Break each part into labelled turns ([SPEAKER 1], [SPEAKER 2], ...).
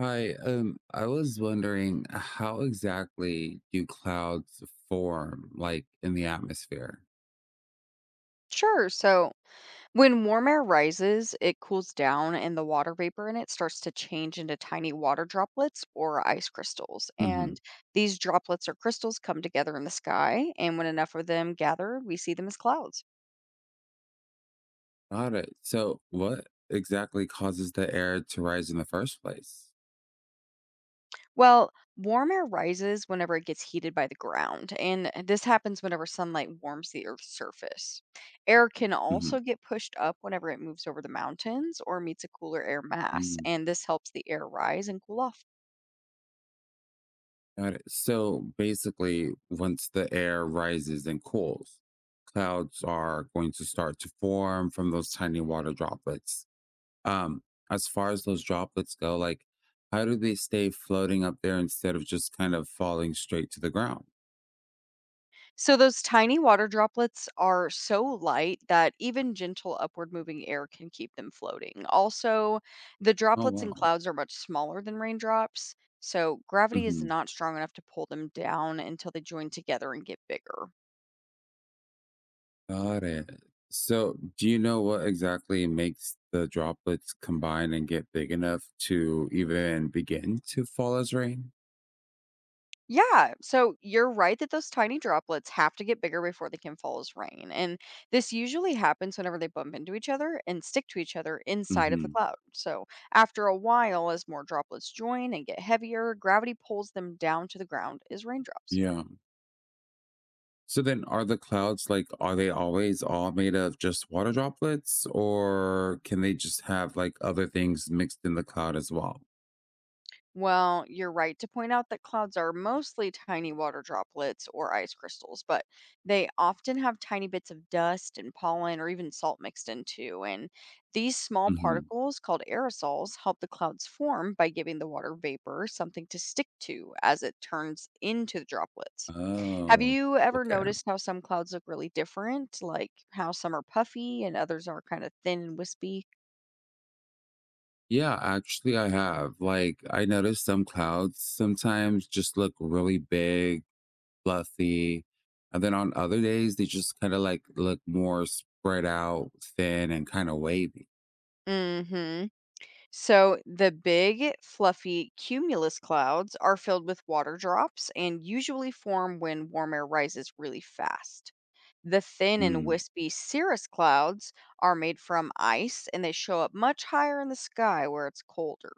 [SPEAKER 1] Hi, I was wondering how exactly do clouds form, like, in the atmosphere?
[SPEAKER 2] Sure. So when warm air rises, it cools down and the water vapor in it starts to change into tiny water droplets or ice crystals.
[SPEAKER 1] Hmm.
[SPEAKER 2] And these droplets or crystals come together in the sky. And when enough of them gather, we see them as clouds.
[SPEAKER 1] Got it. So, what exactly causes the air to rise in the first place?
[SPEAKER 2] Well, warm air rises whenever it gets heated by the ground. And this happens whenever sunlight warms the Earth's surface. Air can
[SPEAKER 1] Hmm.
[SPEAKER 2] also get pushed up whenever it moves over the mountains or meets a cooler air mass.
[SPEAKER 1] Mm.
[SPEAKER 2] And this helps the air rise and cool off.
[SPEAKER 1] Got it. So, basically, once the air rises and cools, clouds are going to start to form from those tiny water droplets. Um, as far as those droplets go, like, how do they stay floating up there instead of just kind of falling straight to the ground?
[SPEAKER 2] So those tiny water droplets are so light that even gentle upward moving air can keep them floating. Also, the
[SPEAKER 1] Oh
[SPEAKER 2] droplets in
[SPEAKER 1] wow.
[SPEAKER 2] clouds are much smaller than raindrops, so gravity is
[SPEAKER 1] Hmm.
[SPEAKER 2] not strong enough to pull them down until they join together and get bigger.
[SPEAKER 1] Got it. So, do you know what exactly makes the droplets combine and get big enough to even begin to fall as rain?
[SPEAKER 2] Yeah, so you're right that those tiny droplets have to get bigger before they can fall as rain. And this usually happens whenever they bump into each other and stick to each other inside of the
[SPEAKER 1] Hmm.
[SPEAKER 2] cloud. So after a while, as more droplets join and get heavier, gravity pulls them down to the ground as raindrops.
[SPEAKER 1] Yeah. So then, are the clouds like, are they always all made of just water droplets, or can they just have like other things mixed in the cloud as well?
[SPEAKER 2] Well, you're right to point out that clouds are mostly tiny water droplets or ice crystals, but they often have tiny bits of dust and pollen or even salt mixed in too. And these small particles, called aerosols, help the clouds form by giving the water vapor something to stick to as it turns into the droplets. Have
[SPEAKER 1] Oh,
[SPEAKER 2] you ever
[SPEAKER 1] okay.
[SPEAKER 2] noticed how some clouds look really different, like how some are puffy and others are kind of thin and wispy?
[SPEAKER 1] Yeah, actually, I have. Like, I noticed some clouds sometimes just look really big, fluffy. And then on other days, they just kind of like look more spread out, thin, and kind of wavy.
[SPEAKER 2] Mm hmm. So the big, fluffy cumulus clouds are filled with water drops and usually form when warm air rises really fast. The thin and
[SPEAKER 1] Mm.
[SPEAKER 2] wispy cirrus clouds are made from ice and they show up much higher in the sky where it's colder.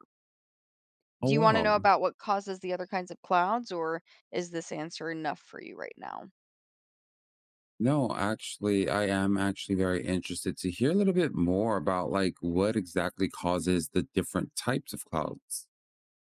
[SPEAKER 1] Oh,
[SPEAKER 2] Do you want to
[SPEAKER 1] wow.
[SPEAKER 2] know about what causes the other kinds of clouds, or is this answer enough for you right now?
[SPEAKER 1] No, actually, I am actually very interested to hear a little bit more about like what exactly causes the different types of clouds.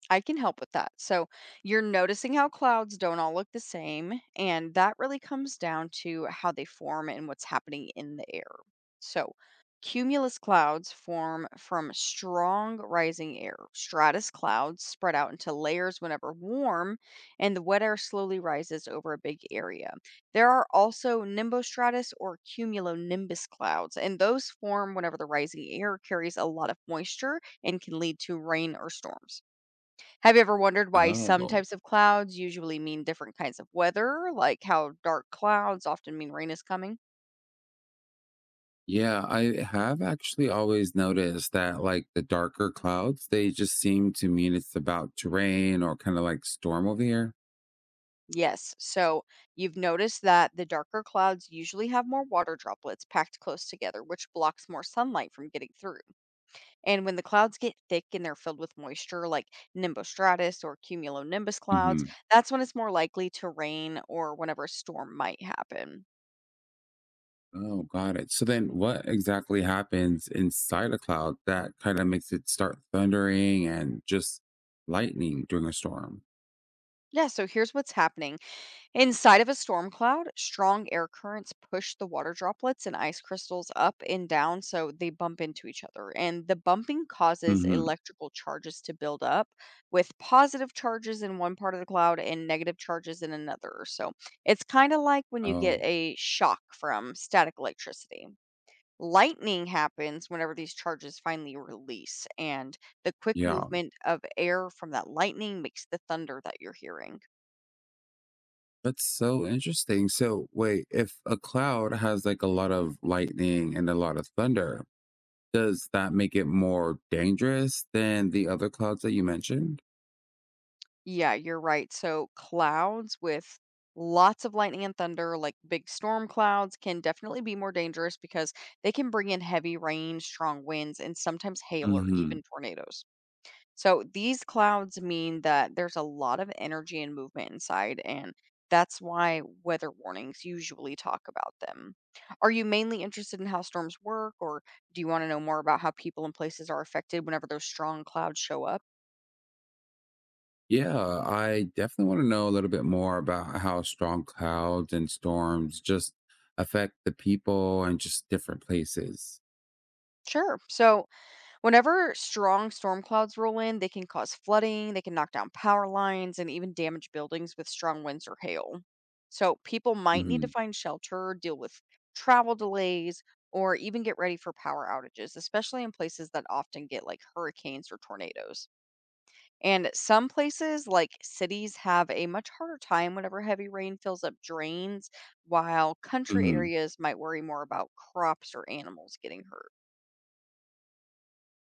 [SPEAKER 2] I can help with that. So you're noticing how clouds don't all look the same, and that really comes down to how they form and what's happening in the air. So cumulus clouds form from strong rising air. Stratus clouds spread out into layers whenever warm, and the wet air slowly rises over a big area. There are also nimbostratus or cumulonimbus clouds, and those form whenever the rising air carries a lot of moisture and can lead to rain or storms. Have you ever wondered why some
[SPEAKER 1] Oh.
[SPEAKER 2] types of clouds usually mean different kinds of weather, like how dark clouds often mean rain is coming?
[SPEAKER 1] Yeah, I have actually always noticed that like the darker clouds, they just seem to mean it's about to rain or kind of like storm over here.
[SPEAKER 2] Yes. So you've noticed that the darker clouds usually have more water droplets packed close together, which blocks more sunlight from getting through. And when the clouds get thick and they're filled with moisture, like nimbostratus or cumulonimbus clouds,
[SPEAKER 1] Hmm.
[SPEAKER 2] that's when it's more likely to rain or whenever a storm might happen.
[SPEAKER 1] Oh, got it. So then what exactly happens inside a cloud that kind of makes it start thundering and just lightning during a storm?
[SPEAKER 2] Yeah, so here's what's happening. Inside of a storm cloud, strong air currents push the water droplets and ice crystals up and down so they bump into each other. And the bumping causes
[SPEAKER 1] Hmm.
[SPEAKER 2] electrical charges to build up, with positive charges in one part of the cloud and negative charges in another. So it's kind of like when you get
[SPEAKER 1] Oh,
[SPEAKER 2] a shock from static electricity. Lightning happens whenever these charges finally release, and the quick
[SPEAKER 1] yeah.
[SPEAKER 2] movement of air from that lightning makes the thunder that you're hearing.
[SPEAKER 1] That's so interesting. So wait, if a cloud has like a lot of lightning and a lot of thunder, does that make it more dangerous than the other clouds that you mentioned?
[SPEAKER 2] Yeah, you're right. So clouds with lots of lightning and thunder, like big storm clouds, can definitely be more dangerous because they can bring in heavy rain, strong winds, and sometimes hail or
[SPEAKER 1] Mhm.
[SPEAKER 2] even tornadoes. So these clouds mean that there's a lot of energy and movement inside, and that's why weather warnings usually talk about them. Are you mainly interested in how storms work, or do you want to know more about how people and places are affected whenever those strong clouds show up?
[SPEAKER 1] Yeah, I definitely want to know a little bit more about how strong clouds and storms just affect the people and just different places.
[SPEAKER 2] Sure. So whenever strong storm clouds roll in, they can cause flooding, they can knock down power lines, and even damage buildings with strong winds or hail. So people might need to
[SPEAKER 1] Mhm.
[SPEAKER 2] find shelter, deal with travel delays, or even get ready for power outages, especially in places that often get like hurricanes or tornadoes. And some places, like cities, have a much harder time whenever heavy rain fills up drains, while country
[SPEAKER 1] Mhm.
[SPEAKER 2] areas might worry more about crops or animals getting hurt.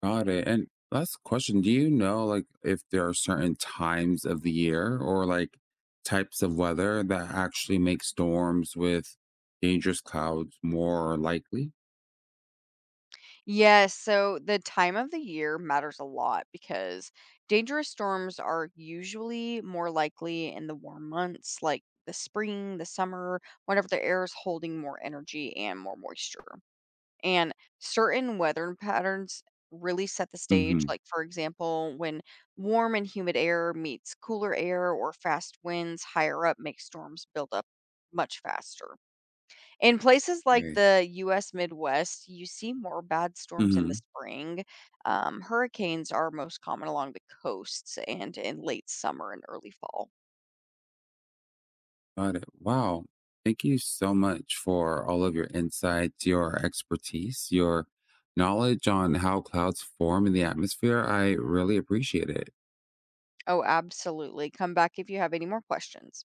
[SPEAKER 1] Got it. And last question, do you know, like, if there are certain times of the year or like types of weather that actually make storms with dangerous clouds more likely?
[SPEAKER 2] Yes, so the time of the year matters a lot because dangerous storms are usually more likely in the warm months, like the spring, the summer, whenever the air is holding more energy and more moisture. And certain weather patterns really set the stage,
[SPEAKER 1] Mhm.
[SPEAKER 2] like, for example, when warm and humid air meets cooler air or fast winds higher up make storms build up much faster. In places like
[SPEAKER 1] Right.
[SPEAKER 2] the US Midwest, you see more bad storms in the
[SPEAKER 1] Mhm.
[SPEAKER 2] spring. Hurricanes are most common along the coasts and in late summer and early fall.
[SPEAKER 1] Got it. Wow. Thank you so much for all of your insights, your expertise, your knowledge on how clouds form in the atmosphere. I really appreciate it.
[SPEAKER 2] Oh, absolutely. Come back if you have any more questions.